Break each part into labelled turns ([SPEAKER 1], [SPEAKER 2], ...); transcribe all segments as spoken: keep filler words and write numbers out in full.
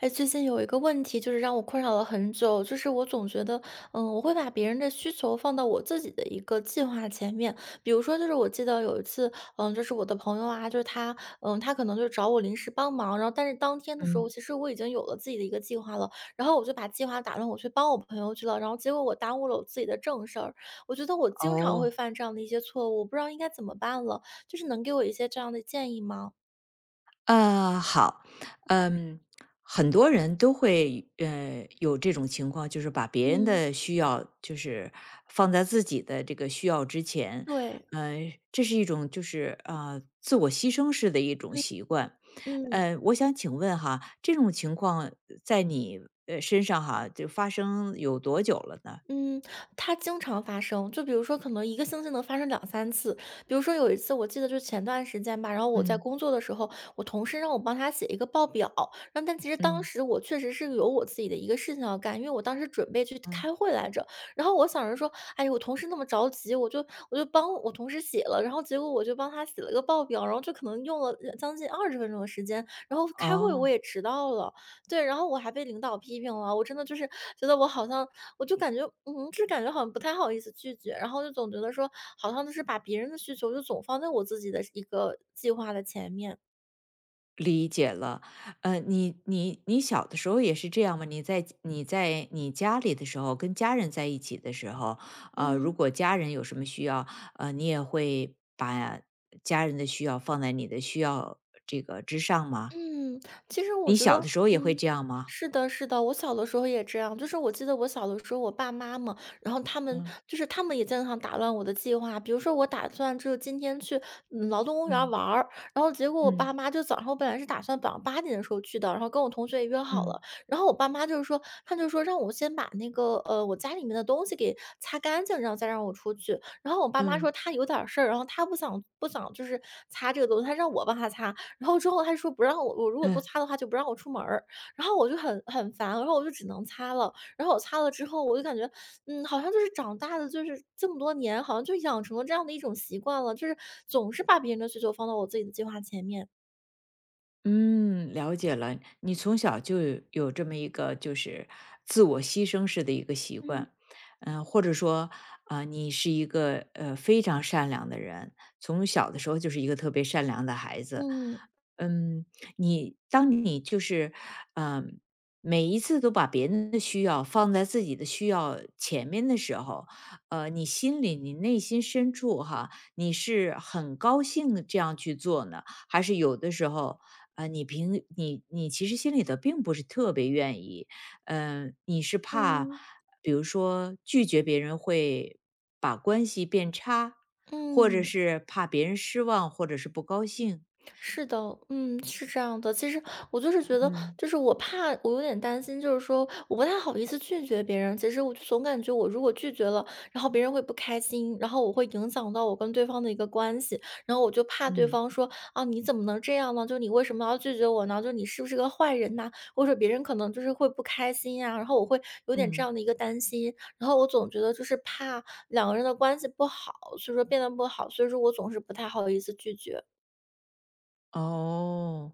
[SPEAKER 1] 哎，最近有一个问题，就是让我困扰了很久，就是我总觉得，嗯，我会把别人的需求放到我自己的一个计划前面。比如说，就是我记得有一次，嗯，就是我的朋友啊，就是他，嗯，他可能就找我临时帮忙，然后但是当天的时候，
[SPEAKER 2] 嗯，
[SPEAKER 1] 其实我已经有了自己的一个计划了，然后我就把计划打乱，我去帮我朋友去了，然后结果我耽误了我自己的正事儿。我觉得我经常会
[SPEAKER 2] 哦，
[SPEAKER 1] 犯这样的一些错误，我不知道应该怎么办了，就是能给我一些这样的建议吗？
[SPEAKER 2] 呃，好，嗯，很多人都会呃有这种情况，就是把别人
[SPEAKER 1] 嗯，
[SPEAKER 2] 的需要就是放在自己的这个需要之前。
[SPEAKER 1] 对，
[SPEAKER 2] 呃，这是一种就是呃自我牺牲式的一种习惯。
[SPEAKER 1] 嗯。
[SPEAKER 2] 呃，我想请问哈，这种情况在你呃身上哈就发生有多久了呢？
[SPEAKER 1] 嗯，它经常发生，就比如说可能一个星期能发生两三次。比如说有一次我记得就前段时间吧，然后我在
[SPEAKER 2] 嗯
[SPEAKER 1] 工作的时候，我同事让我帮他写一个报表，然后但其实当
[SPEAKER 2] 嗯
[SPEAKER 1] 时我确实是有我自己的一个事情要干，因为我当时准备去
[SPEAKER 2] 嗯，
[SPEAKER 1] 开会来着。然后我想着说，哎，我同事那么着急，我就我就帮我同事写了，然后结果我就帮他写了一个报表，然后就可能用了，呃将近二十分钟的时间，然后开会我
[SPEAKER 2] 哦。
[SPEAKER 1] 也迟到了。对，然后我还被领导批评了，我真的就是觉得我好像我就感觉，嗯，就是感觉好像不太好意思拒绝，然后就总觉得说，好像就是把别人的需求就总放在我自己的一个计划的前面。
[SPEAKER 2] 理解了。呃，你你你小的时候也是这样吗？你在你在你家里的时候，跟家人在一起的时候，呃，如
[SPEAKER 1] 嗯。
[SPEAKER 2] 果家人有什么需要，呃，你也会把家人的需要放在你的需要这个之上吗？
[SPEAKER 1] 嗯，其实我
[SPEAKER 2] 你
[SPEAKER 1] 觉得，
[SPEAKER 2] 小的时候也会
[SPEAKER 1] 嗯，
[SPEAKER 2] 这样吗？
[SPEAKER 1] 是的，是的，我小的时候也这样。就是我记得我小的时候，我爸妈嘛，然后他们
[SPEAKER 2] 嗯
[SPEAKER 1] 就是他们也经常打乱我的计划。比如说，我打算就是今天去嗯劳动公园
[SPEAKER 2] 嗯
[SPEAKER 1] 玩儿，然后结果我爸
[SPEAKER 2] 嗯
[SPEAKER 1] 妈就早上我本来是打算早上八点的时候去的，然后跟我同学也约好了，
[SPEAKER 2] 嗯
[SPEAKER 1] 然后我爸妈就是说，他就说让我先把那个呃我家里面的东西给擦干净，然后再让我出去。然后我爸妈说
[SPEAKER 2] 嗯
[SPEAKER 1] 他有点儿事儿，然后他不想不想就是擦这个东西，他让我帮他擦。然后之后他说不让我我如果不
[SPEAKER 2] 嗯
[SPEAKER 1] 擦的话就不让我出门儿，然后我就很很烦，然后我就只能擦了。然后我擦了之后，我就感觉，嗯，好像就是长大的，就是这么多年，好像就养成了这样的一种习惯了，就是总是把别人的需求放到我自己的计划前面。
[SPEAKER 2] 嗯，了解了。你从小就有这么一个就是自我牺牲式的一个习
[SPEAKER 1] 嗯。
[SPEAKER 2] 惯，嗯、或者说啊、呃你是一个呃非常善良的人，从小的时候就是一个特别善良的孩子。
[SPEAKER 1] 嗯，
[SPEAKER 2] 嗯，你当你就是嗯、每一次都把别人的需要放在自己的需要前面的时候，呃，你心里你内心深处哈，你是很高兴地这样去做呢，还是有的时候？啊，你平你你其实心里头并不是特别愿意，嗯，你是怕，
[SPEAKER 1] 嗯，
[SPEAKER 2] 比如说拒绝别人会把关系变差，或者
[SPEAKER 1] 嗯。
[SPEAKER 2] 是怕别人失望，或者是不高兴。
[SPEAKER 1] 是的，嗯，是这样的。其实我就是觉得，
[SPEAKER 2] 嗯
[SPEAKER 1] 就是我怕，我有点担心，就是说我不太好意思拒绝别人。其实我就总感觉，我如果拒绝了，然后别人会不开心，然后我会影响到我跟对方的一个关系，然后我就怕对
[SPEAKER 2] 嗯
[SPEAKER 1] 方说啊，你怎么能这样呢？就你为什么要拒绝我呢？就你是不是个坏人呐、或者别人可能就是会不开心呀、然后我会有点这
[SPEAKER 2] 嗯，
[SPEAKER 1] 样的一个担心，然后我总觉得就是怕两个人的关系不好，所以说变得不好，所以说我总是不太好意思拒绝。
[SPEAKER 2] 哦，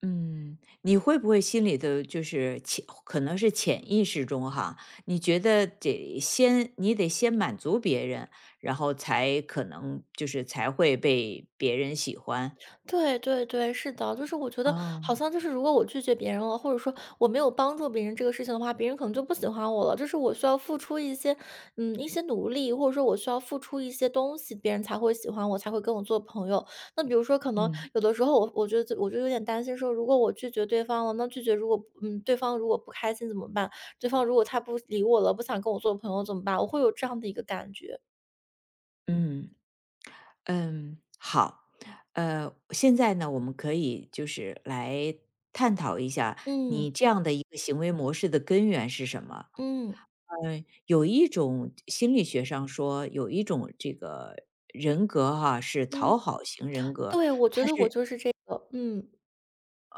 [SPEAKER 2] 嗯，你会不会心里头就是潜，可能是潜意识中哈，你觉得得先，你得先满足别人，然后才可能就是才会被别人喜欢。
[SPEAKER 1] 对对对，是的，就是我觉得
[SPEAKER 2] 哦，
[SPEAKER 1] 好像就是如果我拒绝别人了，或者说我没有帮助别人这个事情的话，别人可能就不喜欢我了。就是我需要付出一些，嗯，一些努力，或者说我需要付出一些东西，别人才会喜欢我，才会跟我做朋友。那比如说，可能
[SPEAKER 2] 嗯
[SPEAKER 1] 有的时候我我觉得我就有点担心说，如果我拒绝对方了，那拒绝如果嗯对方如果不开心怎么办？对方如果他不理我了，不想跟我做朋友怎么办？我会有这样的一个感觉。
[SPEAKER 2] 嗯嗯，好。呃，现在呢，我们可以就是来探讨一下你
[SPEAKER 1] 嗯
[SPEAKER 2] 这样的一个行为模式的根源是什么。
[SPEAKER 1] 嗯
[SPEAKER 2] 嗯，有一种心理学上说，有一种这个人格哈、是
[SPEAKER 1] 嗯，
[SPEAKER 2] 讨好型人格。
[SPEAKER 1] 对，我觉得我就是这个，嗯。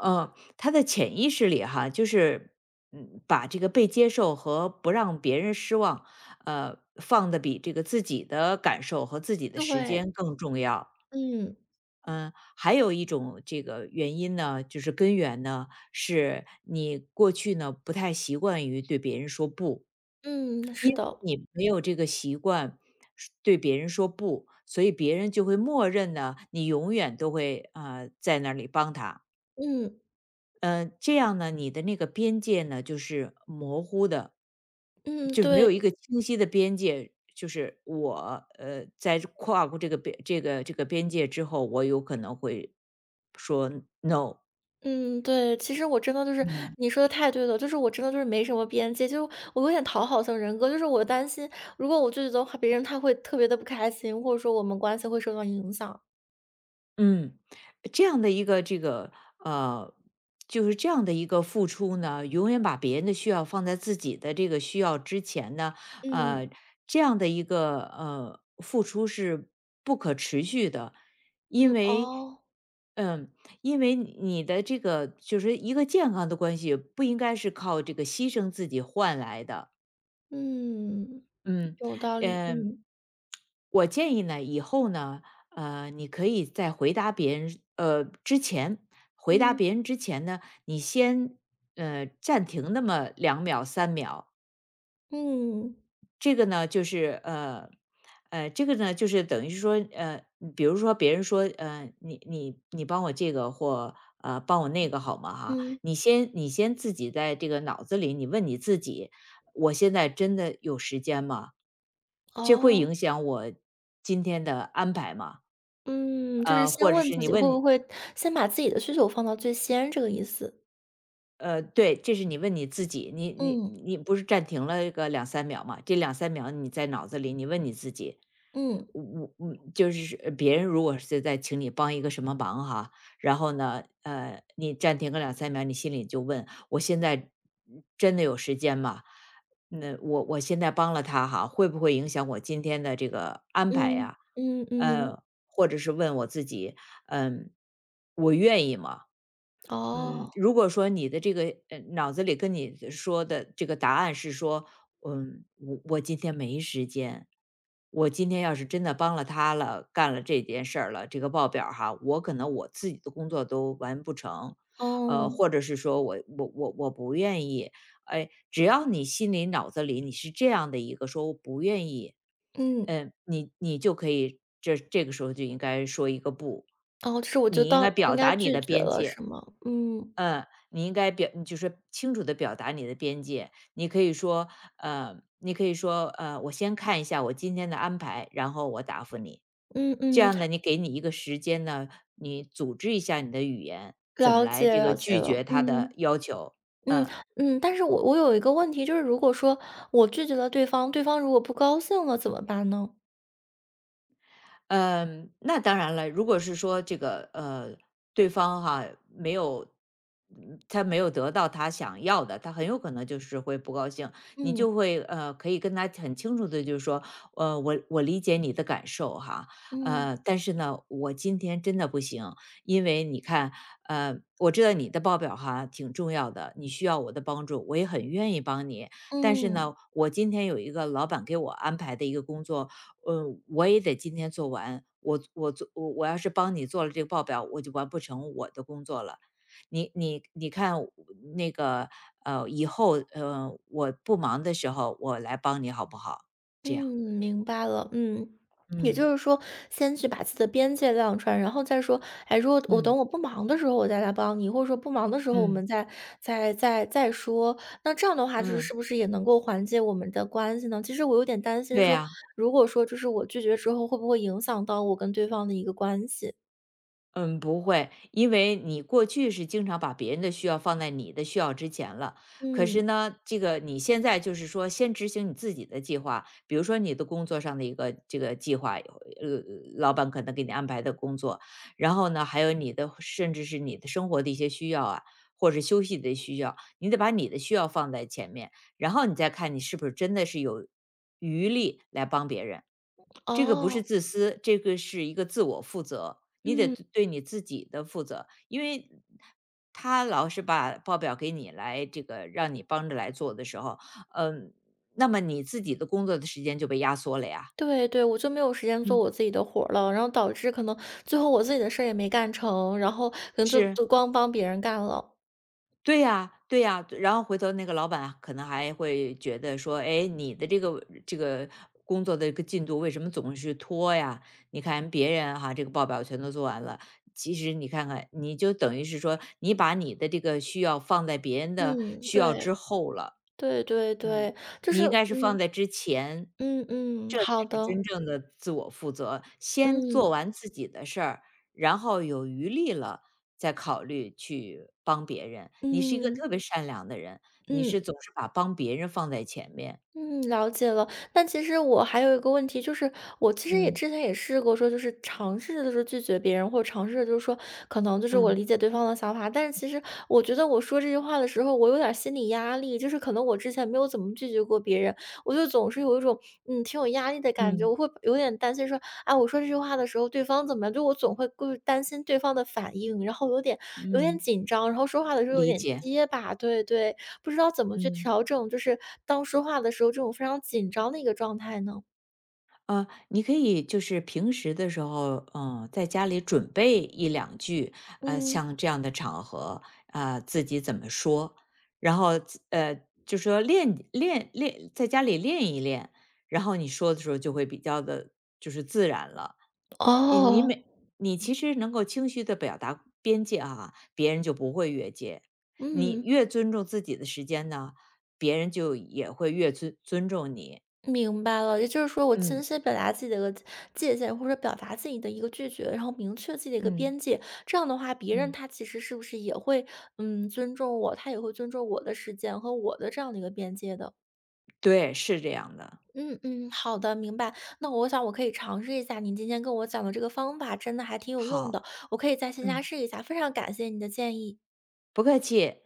[SPEAKER 2] 嗯，他的潜意识里哈，就是嗯，把这个被接受和不让别人失望，呃，放的比这个自己的感受和自己的时
[SPEAKER 1] 对，
[SPEAKER 2] 间更重要。
[SPEAKER 1] 嗯，
[SPEAKER 2] 嗯，还有一种这个原因呢，就是根源呢，是你过去呢不太习惯于对别人说不，
[SPEAKER 1] 嗯，是的，
[SPEAKER 2] 你没有这个习惯是对别人说不，所以别人就会默认呢，你永远都会啊在那里帮他。
[SPEAKER 1] 嗯，
[SPEAKER 2] 呃，这样呢，你的那个边界呢，就是模糊的，
[SPEAKER 1] 嗯，
[SPEAKER 2] 就是没
[SPEAKER 1] 对，
[SPEAKER 2] 有一个清晰的边界。就是我，呃，在跨过这个边这个这个边界之后，我有可能会说 no。
[SPEAKER 1] 嗯，对，其实我真的就是
[SPEAKER 2] 嗯。
[SPEAKER 1] 你说的太对了，就是我真的就是没什么边界，就我有点讨好型人格，就是我担心如果我拒绝的话，别人他会特别的不开心，或者说我们关系会受到影响。
[SPEAKER 2] 嗯，这样的一个这个呃，就是这样的一个付出呢，永远把别人的需要放在自己的这个需要之前呢，呃，
[SPEAKER 1] 嗯，
[SPEAKER 2] 这样的一个呃付出是不可持续的，因
[SPEAKER 1] 嗯，
[SPEAKER 2] 为。
[SPEAKER 1] 哦，
[SPEAKER 2] 嗯，因为你的这个就是一个健康的关系，不应该是靠这个牺牲自己换来的。
[SPEAKER 1] 嗯，
[SPEAKER 2] 嗯。
[SPEAKER 1] 有道理，
[SPEAKER 2] 嗯，
[SPEAKER 1] 嗯，
[SPEAKER 2] 我建议呢，以后呢，呃，你可以在回答别人，呃，之前回答
[SPEAKER 1] 嗯，
[SPEAKER 2] 别人之前呢，你先呃暂停那么两秒、三秒。
[SPEAKER 1] 嗯，
[SPEAKER 2] 这个呢，就是呃呃，这个呢，就是等于是说，呃，比如说别人说，呃，你你你帮我这个或呃帮我那个好吗？哈，
[SPEAKER 1] 嗯，
[SPEAKER 2] 你先你先自己在这个脑子里，你问你自己，我现在真的有时间吗？这会
[SPEAKER 1] 哦，
[SPEAKER 2] 影响我今天的安排吗？
[SPEAKER 1] 嗯，就是
[SPEAKER 2] 呃，
[SPEAKER 1] 先
[SPEAKER 2] 或者
[SPEAKER 1] 问
[SPEAKER 2] 是
[SPEAKER 1] 自
[SPEAKER 2] 你
[SPEAKER 1] 己会不
[SPEAKER 2] 问
[SPEAKER 1] 会先把自己的需求放到最先，这个意思。
[SPEAKER 2] 呃，对，这是你问你自己，你你
[SPEAKER 1] 嗯，
[SPEAKER 2] 你不是暂停了个两三秒吗？这两三秒你在脑子里你问你自己，
[SPEAKER 1] 嗯。
[SPEAKER 2] 我我我就是呃别人如果是在请你帮一个什么忙哈，然后呢，呃，你暂停个两三秒，你心里就问：“我现在真的有时间吗？那我我现在帮了他哈，会不会影响我今天的这个安排
[SPEAKER 1] 嗯，
[SPEAKER 2] 呀？”
[SPEAKER 1] 嗯嗯，
[SPEAKER 2] 呃，或者是问我自己，嗯，我愿意吗？嗯，
[SPEAKER 1] 哦，
[SPEAKER 2] 如果说你的这个呃脑子里跟你说的这个答案是说，嗯，我我今天没时间，我今天要是真的帮了他了，干了这件事儿了，这个报表儿哈，我可能我自己的工作都完不成，呃，
[SPEAKER 1] 哦，
[SPEAKER 2] 或者是说我我我我不愿意。哎，只要你心里脑子里你是这样的一个说我不愿意，
[SPEAKER 1] 嗯，
[SPEAKER 2] 嗯，你你就可以这这个时候就应该说一个不，
[SPEAKER 1] 哦，就是我就
[SPEAKER 2] 你应
[SPEAKER 1] 到
[SPEAKER 2] 该
[SPEAKER 1] 应
[SPEAKER 2] 表
[SPEAKER 1] 该
[SPEAKER 2] 达你
[SPEAKER 1] 拒
[SPEAKER 2] 的
[SPEAKER 1] 绝
[SPEAKER 2] 边
[SPEAKER 1] 了是
[SPEAKER 2] 界。
[SPEAKER 1] 吗？嗯，
[SPEAKER 2] 嗯，你应该表就是清楚的表达你的边界。你可以说，呃，你可以说，呃，我先看一下我今天的安排，然后我答复你。
[SPEAKER 1] 嗯
[SPEAKER 2] 这
[SPEAKER 1] 嗯，
[SPEAKER 2] 样呢，你给你一个时间呢，你组织一下你的语言，怎么
[SPEAKER 1] 了
[SPEAKER 2] 来
[SPEAKER 1] 解
[SPEAKER 2] 这
[SPEAKER 1] 了
[SPEAKER 2] 个
[SPEAKER 1] 解
[SPEAKER 2] 拒
[SPEAKER 1] 了，
[SPEAKER 2] 绝他的
[SPEAKER 1] 嗯，
[SPEAKER 2] 要求。
[SPEAKER 1] 嗯
[SPEAKER 2] 嗯。
[SPEAKER 1] 嗯，但是我我有一个问题，就是如果说我拒绝了对方，对方如果不高兴了怎么办呢？
[SPEAKER 2] 嗯，那当然了，如果是说这个呃，对方哈没有，嗯他没有得到他想要的，他很有可能就是会不高兴。你就
[SPEAKER 1] 嗯
[SPEAKER 2] 会呃，可以跟他很清楚的，就是说，呃，我我理解你的感受哈，
[SPEAKER 1] 嗯
[SPEAKER 2] 呃，但是呢，我今天真的不行，因为你看，呃，我知道你的报表哈挺重要的，你需要我的帮助，我也很愿意帮你，但是
[SPEAKER 1] 嗯。
[SPEAKER 2] 呢，我今天有一个老板给我安排的一个工作，嗯，我也得今天做完，我我做我我要是帮你做了这个报表，我就完不成我的工作了。你你你看我那个呃，以后呃我不忙的时候，我来帮你好不好？
[SPEAKER 1] 嗯，
[SPEAKER 2] 这样。
[SPEAKER 1] 明白了。嗯，也
[SPEAKER 2] 嗯
[SPEAKER 1] 就是说，先去把自己的边界亮出来，然后再说，哎，如果我
[SPEAKER 2] 嗯
[SPEAKER 1] 等
[SPEAKER 2] 嗯。
[SPEAKER 1] 我不忙的时候，我再来帮你，或者说不忙的时候，
[SPEAKER 2] 嗯
[SPEAKER 1] 我
[SPEAKER 2] 嗯
[SPEAKER 1] 们再再再再说。那这样的话，就是是
[SPEAKER 2] 嗯，
[SPEAKER 1] 不是也能够缓解我们的关系呢？其实我有点担心
[SPEAKER 2] 对
[SPEAKER 1] 说，
[SPEAKER 2] 呀、
[SPEAKER 1] 如果说就是我拒绝之后，会不会影响到我跟对方的一个关系？
[SPEAKER 2] 嗯，不会，因为你过去是经常把别人的需要放在你的需要之前了。可是
[SPEAKER 1] 嗯，
[SPEAKER 2] 呢，这个你现在就是说，先执行你自己的计划，比如说你的工作上的一个这个计划，呃，老板可能给你安排的工作，然后呢，还有你的甚至是你的生活的一些需要啊，或者休息的需要，你得把你的需要放在前面，然后你再看你是不是真的是有余力来帮别人。这个不是
[SPEAKER 1] 哦，
[SPEAKER 2] 自私，这个是一个自我负责，你得
[SPEAKER 1] 嗯，
[SPEAKER 2] 对对你自己的负责，因为他老是把报表给你来这个让你帮着来做的时候，嗯，那么你自己的工作的时间就被压缩了呀。
[SPEAKER 1] 对对，我就没有时间做
[SPEAKER 2] 嗯，
[SPEAKER 1] 我自己的活儿了，然后导致可能最后我自己的事儿也没干成，然后可能就
[SPEAKER 2] 是
[SPEAKER 1] 就光帮别人干了。
[SPEAKER 2] 对呀，对呀，然后回头那个老板啊可能还会觉得说，哎，你的这个这个工作的一个进度为什么总是拖呀？你看别人哈，这个报表全都做完了，其实你看看，你就等于是说，你把你的这个需要放在别人的
[SPEAKER 1] 嗯，
[SPEAKER 2] 需要
[SPEAKER 1] 对，
[SPEAKER 2] 之后了。
[SPEAKER 1] 对对
[SPEAKER 2] 嗯，
[SPEAKER 1] 对，就是
[SPEAKER 2] 你应该是
[SPEAKER 1] 嗯
[SPEAKER 2] 放在之前。
[SPEAKER 1] 嗯嗯，
[SPEAKER 2] 这才
[SPEAKER 1] 好
[SPEAKER 2] 是
[SPEAKER 1] 的，
[SPEAKER 2] 真正的自我负责。先做
[SPEAKER 1] 嗯
[SPEAKER 2] 完自己的事儿，然后有余力了再考虑去帮别人。你是一个
[SPEAKER 1] 嗯
[SPEAKER 2] 特别善良的人，你
[SPEAKER 1] 嗯。
[SPEAKER 2] 是总是把帮别人放在前面。
[SPEAKER 1] 嗯，了解了。那其实我还有一个问题，就是我其实也
[SPEAKER 2] 嗯
[SPEAKER 1] 之前也试过说，就是尝试着就是拒绝别人，或者尝试着就是说，可能就是我
[SPEAKER 2] 嗯
[SPEAKER 1] 理解对方的想法，但是其实我觉得我说这句话的时候，我有点儿心理压力，就是可能我之前没有怎么拒绝过别人，我就总是有一种嗯挺有压力的感觉，
[SPEAKER 2] 嗯
[SPEAKER 1] 我会有点担心说，啊，我说这句话的时候对方怎么样，就我总会顾担心对方的反应，然后有点有点
[SPEAKER 2] 嗯，
[SPEAKER 1] 紧张，然后说话的时候有
[SPEAKER 2] 理
[SPEAKER 1] 点
[SPEAKER 2] 解，
[SPEAKER 1] 结巴，对对。不知道怎么去
[SPEAKER 2] 嗯。
[SPEAKER 1] 调整，就是当说话的时候这种非常紧张的一个状态呢？
[SPEAKER 2] 啊，你可以就是平时的时候，嗯，在家里准备一两句，呃，
[SPEAKER 1] 嗯，
[SPEAKER 2] 像这样的场合，啊、自己怎么说，然后自呃，就说练练练，在家里练一练，然后你说的时候就会比较的，就是自然了。你你
[SPEAKER 1] 哦。
[SPEAKER 2] 每你其实能够清晰的表达边界啊，别人就不会越界。你
[SPEAKER 1] 嗯，
[SPEAKER 2] 越尊重自己的时间呢，别人就也会越尊尊重你。
[SPEAKER 1] 明白了。也就是说，我清
[SPEAKER 2] 嗯
[SPEAKER 1] 晰表达自己的一个界限，或者表达自己的一个拒绝，然后明确自己的一个
[SPEAKER 2] 嗯。
[SPEAKER 1] 边界。这样的话，别人
[SPEAKER 2] 嗯。
[SPEAKER 1] 他其实是不是也会，嗯，尊重我，他也会尊重我的时间和我的这样的一个边界的。
[SPEAKER 2] 对，是这样的。
[SPEAKER 1] 嗯嗯，好的，明白。那我想我可以尝试一下您今天跟我讲的这个方法，真的还挺有用
[SPEAKER 2] 好，
[SPEAKER 1] 的，我可以在线下
[SPEAKER 2] 嗯，
[SPEAKER 1] 试一下。非常感谢你的建议。
[SPEAKER 2] 不客气。